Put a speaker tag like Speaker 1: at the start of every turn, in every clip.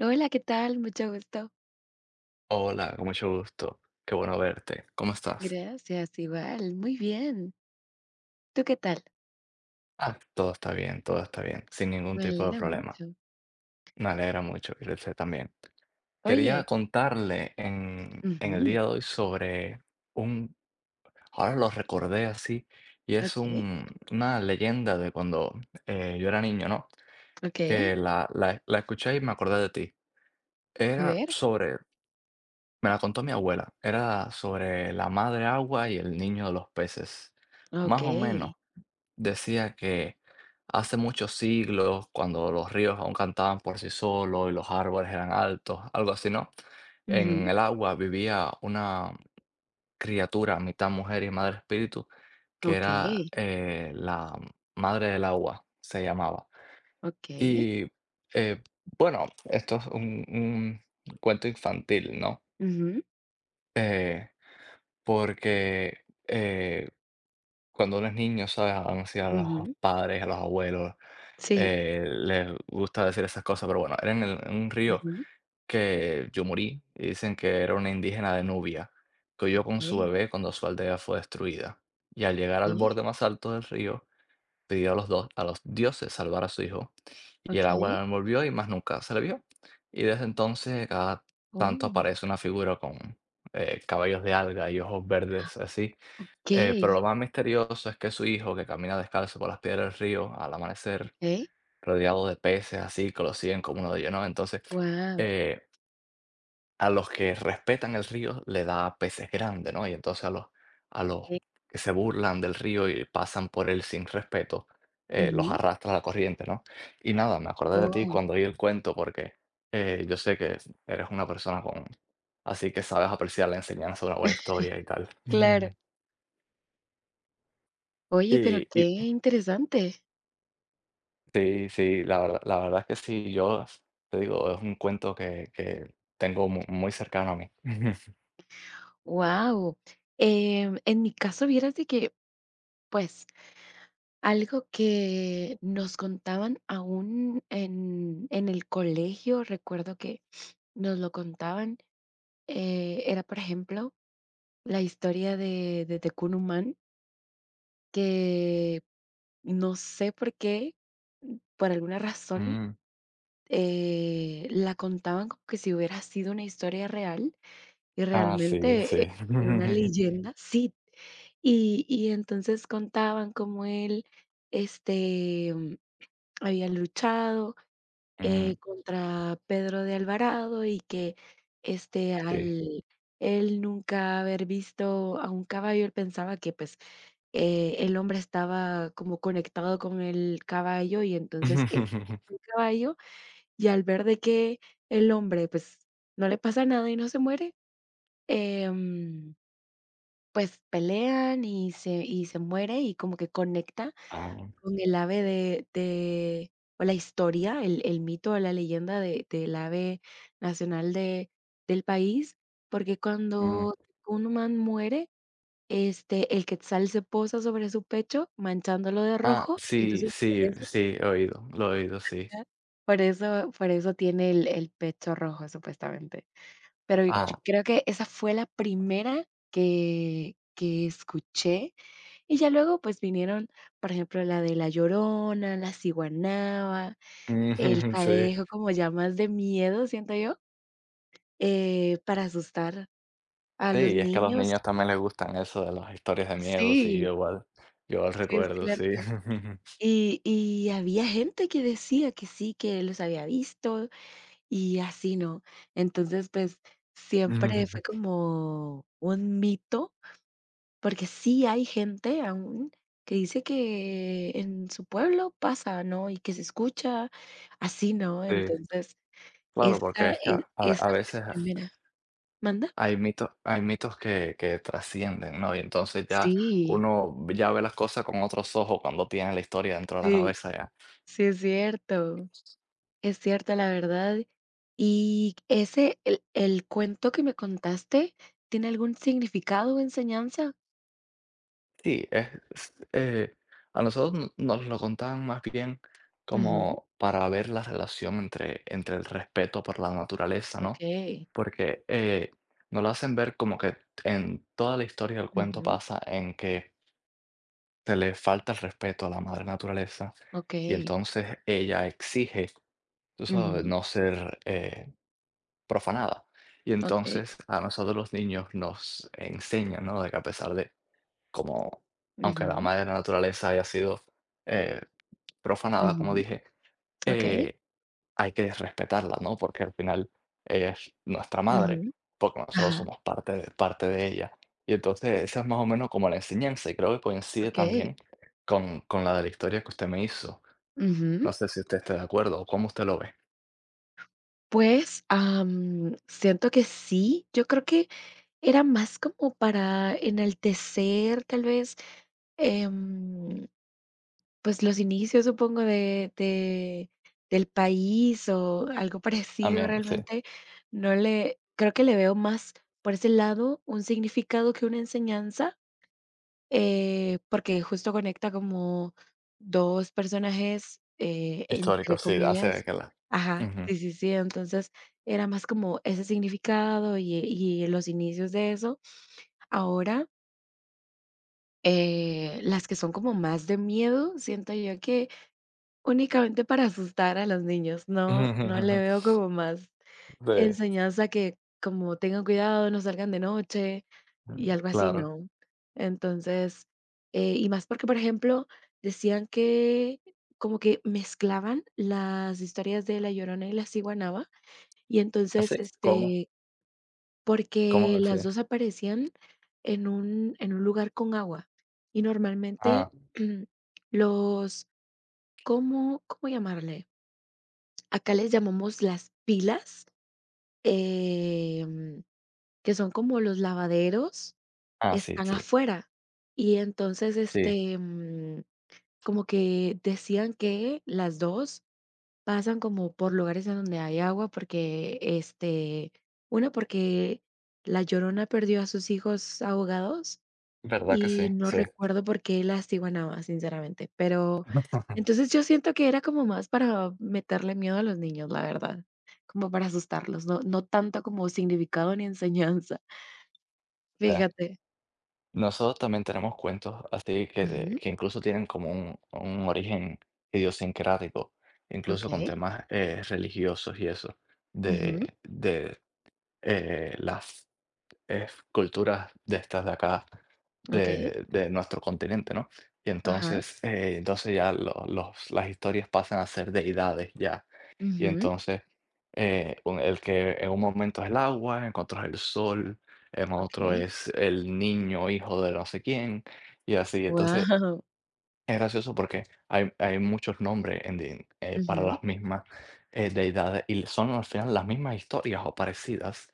Speaker 1: Hola, ¿qué tal? Mucho gusto.
Speaker 2: Hola, con mucho gusto. Qué bueno verte. ¿Cómo estás?
Speaker 1: Gracias, igual. Muy bien. ¿Tú qué tal?
Speaker 2: Todo está bien, sin ningún
Speaker 1: Me
Speaker 2: tipo de
Speaker 1: alegra
Speaker 2: problema.
Speaker 1: mucho.
Speaker 2: Me alegra mucho que usted también. Quería
Speaker 1: Oye.
Speaker 2: contarle en el
Speaker 1: Ujú.
Speaker 2: día de hoy sobre un, ahora lo recordé así, y es
Speaker 1: Okey.
Speaker 2: un, una leyenda de cuando yo era niño, ¿no?
Speaker 1: Okey.
Speaker 2: Que la escuché y me acordé de ti.
Speaker 1: A
Speaker 2: Era
Speaker 1: ver.
Speaker 2: sobre, me la contó mi abuela, era sobre la madre agua y el niño de los peces, más o menos.
Speaker 1: Okey.
Speaker 2: Decía que hace muchos siglos, cuando los ríos aún cantaban por sí solos y los árboles eran altos, algo así, ¿no? En
Speaker 1: Ujú.
Speaker 2: el agua vivía una criatura, mitad mujer y madre espíritu, que era
Speaker 1: Okey.
Speaker 2: la madre del agua, se llamaba.
Speaker 1: Okey.
Speaker 2: Y eh, bueno, esto es un cuento infantil, ¿no?
Speaker 1: Ujú,
Speaker 2: Eh, porque cuando uno es niño, ¿sabes? Aún así a los
Speaker 1: ujú.
Speaker 2: padres, a los abuelos
Speaker 1: Sí.
Speaker 2: les gusta decir esas cosas, pero bueno, era en un río
Speaker 1: Ujú.
Speaker 2: que yo morí y dicen que era una indígena de Nubia, que huyó con su
Speaker 1: Okey.
Speaker 2: bebé cuando su aldea fue destruida. Y al llegar al
Speaker 1: Okey.
Speaker 2: borde más alto del río, pidió a los, dos, a los dioses salvar a su hijo, y el agua
Speaker 1: Okey.
Speaker 2: la envolvió y más nunca se le vio. Y desde entonces, cada tanto
Speaker 1: Oh.
Speaker 2: aparece una figura con cabellos de alga y ojos verdes así. Pero lo
Speaker 1: Okey.
Speaker 2: más misterioso es que su hijo, que camina descalzo por las piedras del río al amanecer,
Speaker 1: Okey.
Speaker 2: rodeado de peces, así, que lo siguen como uno de ellos, ¿no? Entonces,
Speaker 1: Guau.
Speaker 2: eh, a los que respetan el río le da peces grandes, ¿no? Y entonces a los
Speaker 1: Ok.
Speaker 2: que se burlan del río y pasan por él sin respeto, los
Speaker 1: Ujú.
Speaker 2: arrastra la corriente, ¿no? Y nada, me acordé de ti
Speaker 1: Oh.
Speaker 2: cuando oí el cuento porque yo sé que eres una persona con... Así que sabes apreciar la enseñanza de una buena historia y tal.
Speaker 1: Claro. Oye, pero
Speaker 2: Y,
Speaker 1: qué
Speaker 2: y
Speaker 1: interesante.
Speaker 2: Sí, sí, la verdad es que sí, yo s te digo, es un cuento que tengo mu muy cercano a mí.
Speaker 1: Wow. En mi caso, vieras de que, pues, algo que nos contaban aún en el colegio, recuerdo que nos lo contaban, era, por ejemplo, la historia de Tecunuman, que no sé por qué, por alguna razón,
Speaker 2: Mm.
Speaker 1: la contaban como que si hubiera sido una historia real y
Speaker 2: Ah, sí,
Speaker 1: realmente
Speaker 2: sí.
Speaker 1: era una leyenda, sí. Y entonces contaban cómo él este, había luchado
Speaker 2: Mm,
Speaker 1: contra Pedro de Alvarado y que,
Speaker 2: sí.
Speaker 1: al él nunca haber visto a un caballo, él pensaba que, pues, el hombre estaba como conectado con el caballo y entonces él saca el caballo y al ver de que el hombre, pues, no le pasa nada y no se muere, em, pues, pelean y se muere y como que conecta
Speaker 2: Ah,
Speaker 1: con el ave de o la historia, el mito o la leyenda de del ave nacional de del país, porque
Speaker 2: mm.
Speaker 1: cuando un humano muere, el quetzal se posa sobre su pecho, manchándolo de
Speaker 2: Ah,
Speaker 1: rojo, y
Speaker 2: sí,
Speaker 1: entonces por
Speaker 2: sí,
Speaker 1: eso,
Speaker 2: sí, he oído, lo he oído, sí.
Speaker 1: ajá, por eso tiene el pecho rojo, supuestamente. Pero yo
Speaker 2: Ah,
Speaker 1: creo que esa fue la primera que escuché y ya luego, pues, vinieron, por ejemplo, la de La Llorona, La Ciguanaba, El
Speaker 2: sí.
Speaker 1: Cadejo, como ya más de miedo, siento yo, para asustar a los
Speaker 2: Sí, es que a los
Speaker 1: niños.
Speaker 2: niños también les gustan eso de las historias de miedo, sí,
Speaker 1: Sí,
Speaker 2: yo igual
Speaker 1: sí, es
Speaker 2: recuerdo, sí.
Speaker 1: cierto. Y había gente que decía que sí, que los había visto y así, ¿no? Entonces, pues, siempre fue como un mito. Porque sí hay gente aún que dice que en su pueblo pasa, ¿no? Y que se escucha así, ¿no?
Speaker 2: Sí,
Speaker 1: Entonces,
Speaker 2: claro, porque
Speaker 1: esa
Speaker 2: es que a
Speaker 1: esa fue la
Speaker 2: veces
Speaker 1: primera. ¿Manda?
Speaker 2: hay mitos, hay mitos que trascienden, ¿no? Y entonces ya
Speaker 1: Sí,
Speaker 2: uno ya ve las cosas con otros ojos cuando tiene la historia dentro de la
Speaker 1: sí,
Speaker 2: cabeza ya.
Speaker 1: sí es cierto, la verdad. Y ese el cuento que me contaste, ¿tiene algún significado o enseñanza?
Speaker 2: Sí, a nosotros no nos lo contaban más bien
Speaker 1: Ujú,
Speaker 2: como para ver la relación entre el respeto por la naturaleza, ¿no?
Speaker 1: okey.
Speaker 2: Porque, nos lo hacen ver como que en toda la historia del cuento
Speaker 1: Ujú,
Speaker 2: pasa en que se le falta el respeto a la madre naturaleza, y
Speaker 1: okey.
Speaker 2: entonces ella exige, tú sabes,
Speaker 1: Ujú,
Speaker 2: no ser profanada. Y
Speaker 1: okey.
Speaker 2: entonces a nosotros los niños nos enseñan, ¿no? De que a pesar de, como, aunque la
Speaker 1: Ujú,
Speaker 2: madre naturaleza haya sido eh, profanada, como
Speaker 1: ujú,
Speaker 2: dije,
Speaker 1: okey.
Speaker 2: eh, hay que respetarla, ¿no? Porque al final ella es nuestra madre,
Speaker 1: Ujú,
Speaker 2: porque nosotros
Speaker 1: ajá.
Speaker 2: somos parte de ella. Y entonces esa es más o menos como la enseñanza, y creo que coincide
Speaker 1: Okey,
Speaker 2: también con la de la historia que usted me hizo.
Speaker 1: ujú.
Speaker 2: No sé si usted está de acuerdo o cómo usted lo ve.
Speaker 1: Pues, siento que sí, yo creo que era más como para enaltecer, tal vez, em, pues, los inicios, supongo, de del país o algo parecido,
Speaker 2: También, sí.
Speaker 1: realmente no le creo que le veo más por ese lado un significado que una enseñanza. Porque justo conecta como 2 personajes,
Speaker 2: Histórico,
Speaker 1: entre
Speaker 2: sí, hace
Speaker 1: comillas,
Speaker 2: décadas.
Speaker 1: ajá,
Speaker 2: Ujú.
Speaker 1: sí, sí, sí, entonces era más como ese significado y los inicios de eso. Ahora, las que son como más de miedo, siento yo que únicamente para asustar a los niños, no le veo como más
Speaker 2: Sí,
Speaker 1: enseñanza que como tengan cuidado, no salgan de noche y algo así,
Speaker 2: claro.
Speaker 1: ¿no? Entonces, y más porque, por ejemplo, decían que como que mezclaban las historias de La Llorona y la Ciguanaba, y entonces,
Speaker 2: ¿Así? ¿Cómo? ¿Cómo
Speaker 1: porque las
Speaker 2: decía?
Speaker 1: 2 aparecían en un lugar con agua, y normalmente
Speaker 2: Ah,
Speaker 1: los cómo llamarle? Acá les llamamos las pilas, em que son como los lavaderos,
Speaker 2: ah, sí,
Speaker 1: están
Speaker 2: sí,
Speaker 1: afuera. Y entonces,
Speaker 2: sí,
Speaker 1: como que decían que las 2 pasan como por lugares en donde hay agua, porque, una porque La Llorona perdió a sus hijos ahogados,
Speaker 2: verdad que sí,
Speaker 1: y no
Speaker 2: sí.
Speaker 1: recuerdo por qué las iguanabas, sinceramente. Pero, entonces yo siento que era como más para meterle miedo a los niños, la verdad, como para asustarlos, no tanto como significado ni enseñanza.
Speaker 2: Eh,
Speaker 1: Fíjate.
Speaker 2: nosotros también tenemos cuentos así que,
Speaker 1: Ujú,
Speaker 2: que incluso tienen como un origen idiosincrático, incluso con
Speaker 1: okey.
Speaker 2: temas religiosos y eso,
Speaker 1: Ujú,
Speaker 2: de las es culturas de estas de acá,
Speaker 1: okey.
Speaker 2: de nuestro continente, ¿no? Y
Speaker 1: Ajá.
Speaker 2: entonces, entonces ya las historias pasan a ser deidades ya. Y
Speaker 1: Ujú,
Speaker 2: entonces, el que en un momento es el agua, en otro es el sol, en otro
Speaker 1: okey.
Speaker 2: es el niño, hijo de no sé quién, y así. Entonces,
Speaker 1: Wow.
Speaker 2: es gracioso porque hay muchos nombres en para
Speaker 1: Ujú.
Speaker 2: las mismas deidades y son al final las mismas historias o parecidas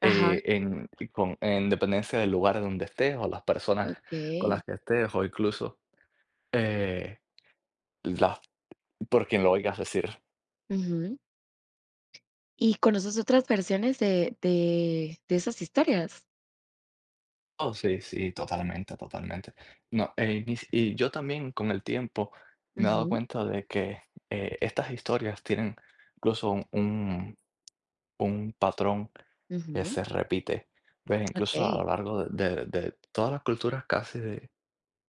Speaker 1: Ajá,
Speaker 2: en dependencia del lugar donde estés o las personas con las
Speaker 1: okey.
Speaker 2: que estés o incluso eh, las- por quien lo oigas decir.
Speaker 1: Ujú. ¿Y conoces otras versiones de esas historias?
Speaker 2: Oh, sí, sí, totalmente, totalmente. No, ni si- y yo también con el tiempo me he dado
Speaker 1: Ujú,
Speaker 2: cuenta de que estas historias tienen incluso un patrón que
Speaker 1: ujú,
Speaker 2: se repite. ¿Ves? Incluso a lo
Speaker 1: okey.
Speaker 2: largo de todas las culturas casi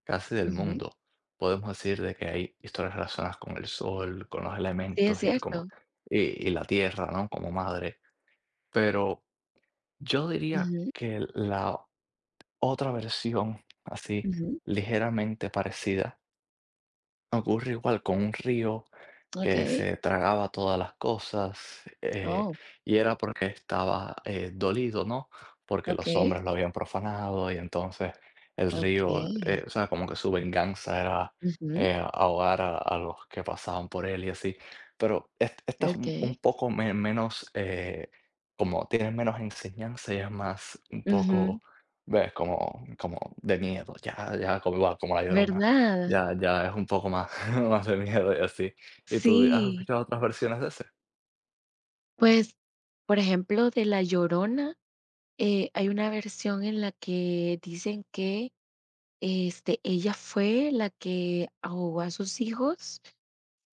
Speaker 2: casi del
Speaker 1: Ujú.
Speaker 2: mundo. Podemos decir de que hay historias relacionadas con el sol, con los
Speaker 1: Sí,
Speaker 2: elementos
Speaker 1: es
Speaker 2: y,
Speaker 1: cierto.
Speaker 2: como, y la tierra, ¿no? Como madre. Pero yo diría
Speaker 1: Ujú,
Speaker 2: que la otra versión, así
Speaker 1: ujú.
Speaker 2: ligeramente parecida, ocurre igual con un río que
Speaker 1: Okey.
Speaker 2: se tragaba todas las cosas,
Speaker 1: Oh,
Speaker 2: y era porque estaba dolido, ¿no? Porque los
Speaker 1: okey,
Speaker 2: hombres lo habían profanado y entonces el río,
Speaker 1: okey.
Speaker 2: o sea, como que su venganza era
Speaker 1: Ujú,
Speaker 2: ahogar a los que pasaban por él y así. Pero esta es
Speaker 1: okey.
Speaker 2: un poco menos, como tiene menos enseñanza y es más un
Speaker 1: Ujú.
Speaker 2: poco, ¿ves? Como, como de miedo, ya, ya como, igual, como la Llorona,
Speaker 1: ¿Verdad?
Speaker 2: ya, ya es un poco más, más de miedo y así. ¿Y tú has
Speaker 1: Sí.
Speaker 2: escuchado otras versiones de ese?
Speaker 1: Pues, por ejemplo, de La Llorona. Hay una versión en la que dicen que, ella fue la que ahogó a sus hijos.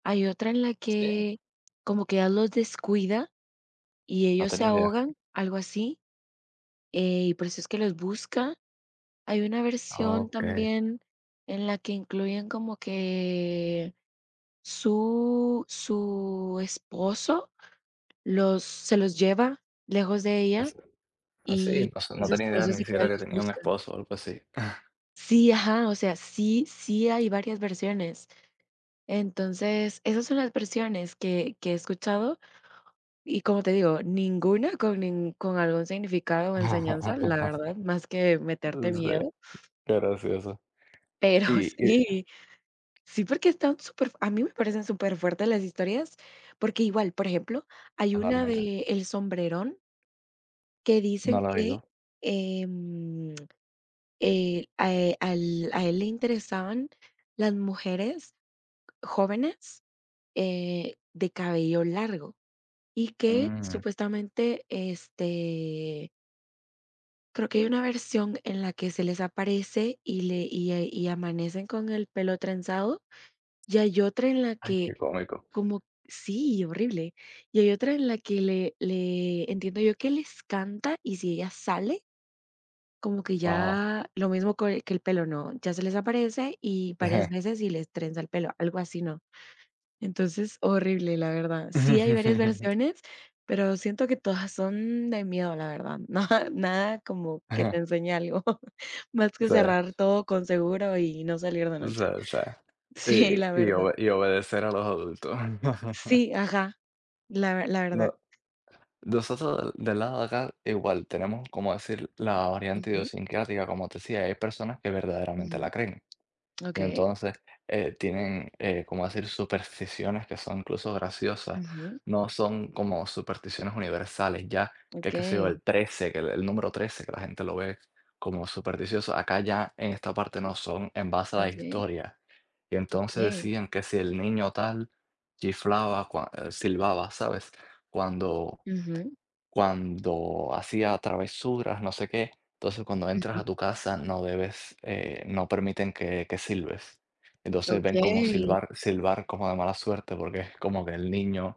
Speaker 1: Hay otra en la
Speaker 2: Sí.
Speaker 1: que como que ella los descuida y
Speaker 2: No
Speaker 1: ellos se
Speaker 2: tenía idea.
Speaker 1: ahogan, algo así, y por eso es que los busca. Hay una versión
Speaker 2: Okey.
Speaker 1: también en la que incluyen como que su esposo los se los lleva lejos de
Speaker 2: As
Speaker 1: ella y
Speaker 2: así, no sé, no
Speaker 1: entonces
Speaker 2: tenía
Speaker 1: por
Speaker 2: idea
Speaker 1: eso es
Speaker 2: ni
Speaker 1: que
Speaker 2: siquiera
Speaker 1: ella
Speaker 2: que
Speaker 1: los
Speaker 2: tenía un
Speaker 1: busca.
Speaker 2: esposo o algo así.
Speaker 1: Sí, ajá, o sea, sí, sí hay varias versiones. Entonces, esas son las versiones que he escuchado y como te digo, ninguna con, con algún significado o enseñanza, la verdad, más que meterte
Speaker 2: Sí,
Speaker 1: miedo.
Speaker 2: qué gracioso.
Speaker 1: Pero
Speaker 2: Y y
Speaker 1: sí, sí, porque están súper, a mí me parecen súper fuertes las historias, porque igual, por ejemplo, hay una
Speaker 2: totalmente,
Speaker 1: de El Sombrerón que
Speaker 2: no
Speaker 1: dicen
Speaker 2: lo he
Speaker 1: que
Speaker 2: oído.
Speaker 1: em, él a él le interesaban las mujeres jóvenes de cabello largo y que
Speaker 2: Mm,
Speaker 1: supuestamente, creo que hay una versión en la que se les aparece y amanecen con el pelo trenzado y hay otra en la
Speaker 2: ay,
Speaker 1: que
Speaker 2: qué cómico.
Speaker 1: como, sí, horrible, y hay otra en la que le entiendo yo que les canta y si ella sale, como que
Speaker 2: Wow.
Speaker 1: ya lo mismo que el pelo, ¿no? Ya se les aparece y varias veces y les trenza el pelo, algo así, ¿no? Entonces, horrible, la verdad. Sí hay varias versiones, pero siento que todas son de miedo, la verdad. Nada nada como que te enseñe algo, más que
Speaker 2: Sí,
Speaker 1: cerrar todo con seguro y no salir de
Speaker 2: sí,
Speaker 1: noche.
Speaker 2: sí.
Speaker 1: Sí, la
Speaker 2: Y y
Speaker 1: verdad.
Speaker 2: obe y obedecer a los adultos.
Speaker 1: Sí, ajá, la verdad.
Speaker 2: No, nosotros del lado de acá igual tenemos, como decir, la variante
Speaker 1: Ujú,
Speaker 2: idiosincrática, como te decía, hay personas que verdaderamente la
Speaker 1: ujú,
Speaker 2: creen y
Speaker 1: okey.
Speaker 2: entonces tienen como decir, supersticiones que son incluso graciosas,
Speaker 1: Ujú,
Speaker 2: no son como supersticiones universales, ya que, qué sé yo,
Speaker 1: okey,
Speaker 2: el 13, que el número 13 que la gente lo ve como supersticioso, acá ya en esta parte no son en base a la
Speaker 1: okey,
Speaker 2: historia. Y entonces
Speaker 1: okey.
Speaker 2: decían que si el niño tal chiflaba, silbaba, ¿sabes? Cuando
Speaker 1: Ujú,
Speaker 2: cuando hacía travesuras, no sé qué. Entonces, cuando entras
Speaker 1: ujú,
Speaker 2: a tu casa, no debes, no permiten que silbes. Entonces ven como
Speaker 1: okey.
Speaker 2: silbar, silbar como de mala suerte, porque es como que el niño,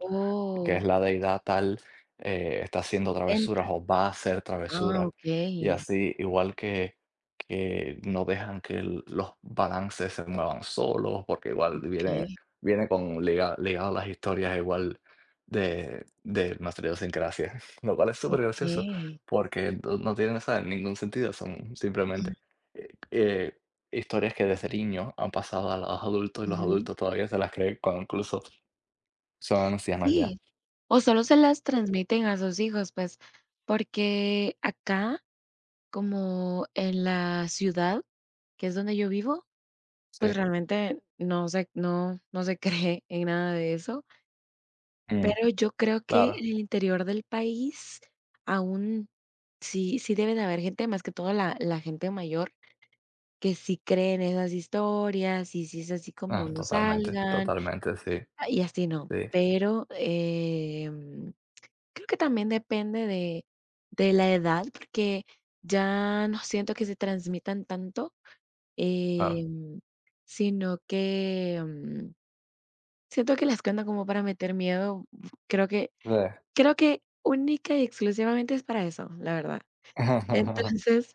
Speaker 2: que es la deidad tal, está haciendo travesuras
Speaker 1: entra.
Speaker 2: o va a hacer
Speaker 1: Ah,
Speaker 2: travesuras. Y
Speaker 1: okey,
Speaker 2: así, igual que no dejan que los balances se muevan solos, porque igual viene,
Speaker 1: okey,
Speaker 2: viene con ligado a las historias igual de nuestra idiosincrasia. Lo cual es súper gracioso,
Speaker 1: okey.
Speaker 2: porque no no tienen, ¿sabes? Ningún sentido, son
Speaker 1: Ujú,
Speaker 2: simplemente eh, eh, historias que desde niño han pasado a los adultos y los
Speaker 1: ujú.
Speaker 2: adultos todavía se las creen cuando incluso son ancianos ya.
Speaker 1: Sí, o solo se las transmiten a sus hijos, pues, porque acá, como en la ciudad, que es donde yo vivo, pues,
Speaker 2: Sí,
Speaker 1: realmente no se no no se cree en nada de eso,
Speaker 2: mm,
Speaker 1: pero yo creo que
Speaker 2: claro,
Speaker 1: en el interior del país aún sí sí debe de haber gente, más que todo la gente mayor, que sí cree en esas historias, y sí es así como:
Speaker 2: ah,
Speaker 1: "No
Speaker 2: totalmente,
Speaker 1: salgan",
Speaker 2: totalmente, sí,
Speaker 1: ah, y así no,
Speaker 2: sí,
Speaker 1: pero, creo que también depende de la edad, porque ya no siento que se transmitan tanto,
Speaker 2: claro.
Speaker 1: em, sino que siento que las cuentan como para meter miedo. Creo que,
Speaker 2: Sí.
Speaker 1: creo que única y exclusivamente es para eso, la verdad. Entonces,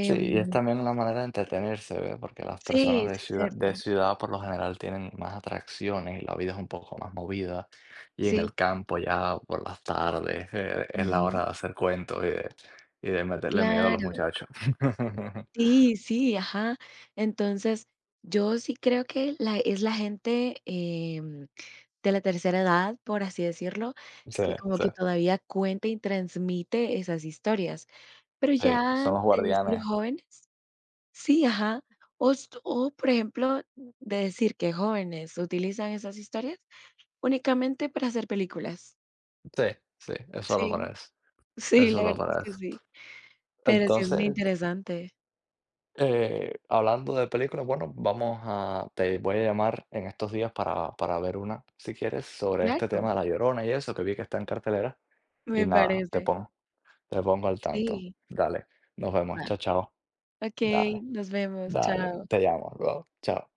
Speaker 2: Sí, y es también una manera de entretenerse, ¿ve? Porque las personas
Speaker 1: sí, sí es
Speaker 2: de
Speaker 1: cierto.
Speaker 2: ciudad por lo general tienen más atracciones y la vida es un poco más movida. Y en
Speaker 1: Sí,
Speaker 2: el campo ya por las tardes es la
Speaker 1: ujú,
Speaker 2: hora de hacer cuentos y de meterle miedo a los
Speaker 1: claro.
Speaker 2: muchachos.
Speaker 1: Sí, sí, ajá. Entonces, yo sí creo que la gente, de la tercera edad, por así decirlo,
Speaker 2: Sí,
Speaker 1: que como
Speaker 2: sí,
Speaker 1: que todavía cuenta y transmite esas historias. Pero
Speaker 2: sí,
Speaker 1: ya
Speaker 2: son los
Speaker 1: de decir
Speaker 2: guardianes.
Speaker 1: jóvenes, sí, ajá. Por ejemplo, de decir que jóvenes utilizan esas historias únicamente para hacer películas.
Speaker 2: Sí, sí, es solo
Speaker 1: Sí,
Speaker 2: para eso. Es
Speaker 1: sí, la
Speaker 2: solo
Speaker 1: verdad es
Speaker 2: para
Speaker 1: que
Speaker 2: eso.
Speaker 1: sí. Pero sí es muy
Speaker 2: Entonces,
Speaker 1: interesante.
Speaker 2: Hablando de películas, bueno, vamos a, te voy a llamar en estos días para ver una, si quieres, sobre este
Speaker 1: Claro,
Speaker 2: tema de La Llorona y eso, que vi que está en cartelera. Y
Speaker 1: me
Speaker 2: nada,
Speaker 1: parece.
Speaker 2: te pongo al tanto.
Speaker 1: Sí,
Speaker 2: Dale, nos vemos,
Speaker 1: bye.
Speaker 2: chao, chao.
Speaker 1: Okey,
Speaker 2: Dale,
Speaker 1: nos vemos,
Speaker 2: dale,
Speaker 1: chao.
Speaker 2: te llamo, luego, chao.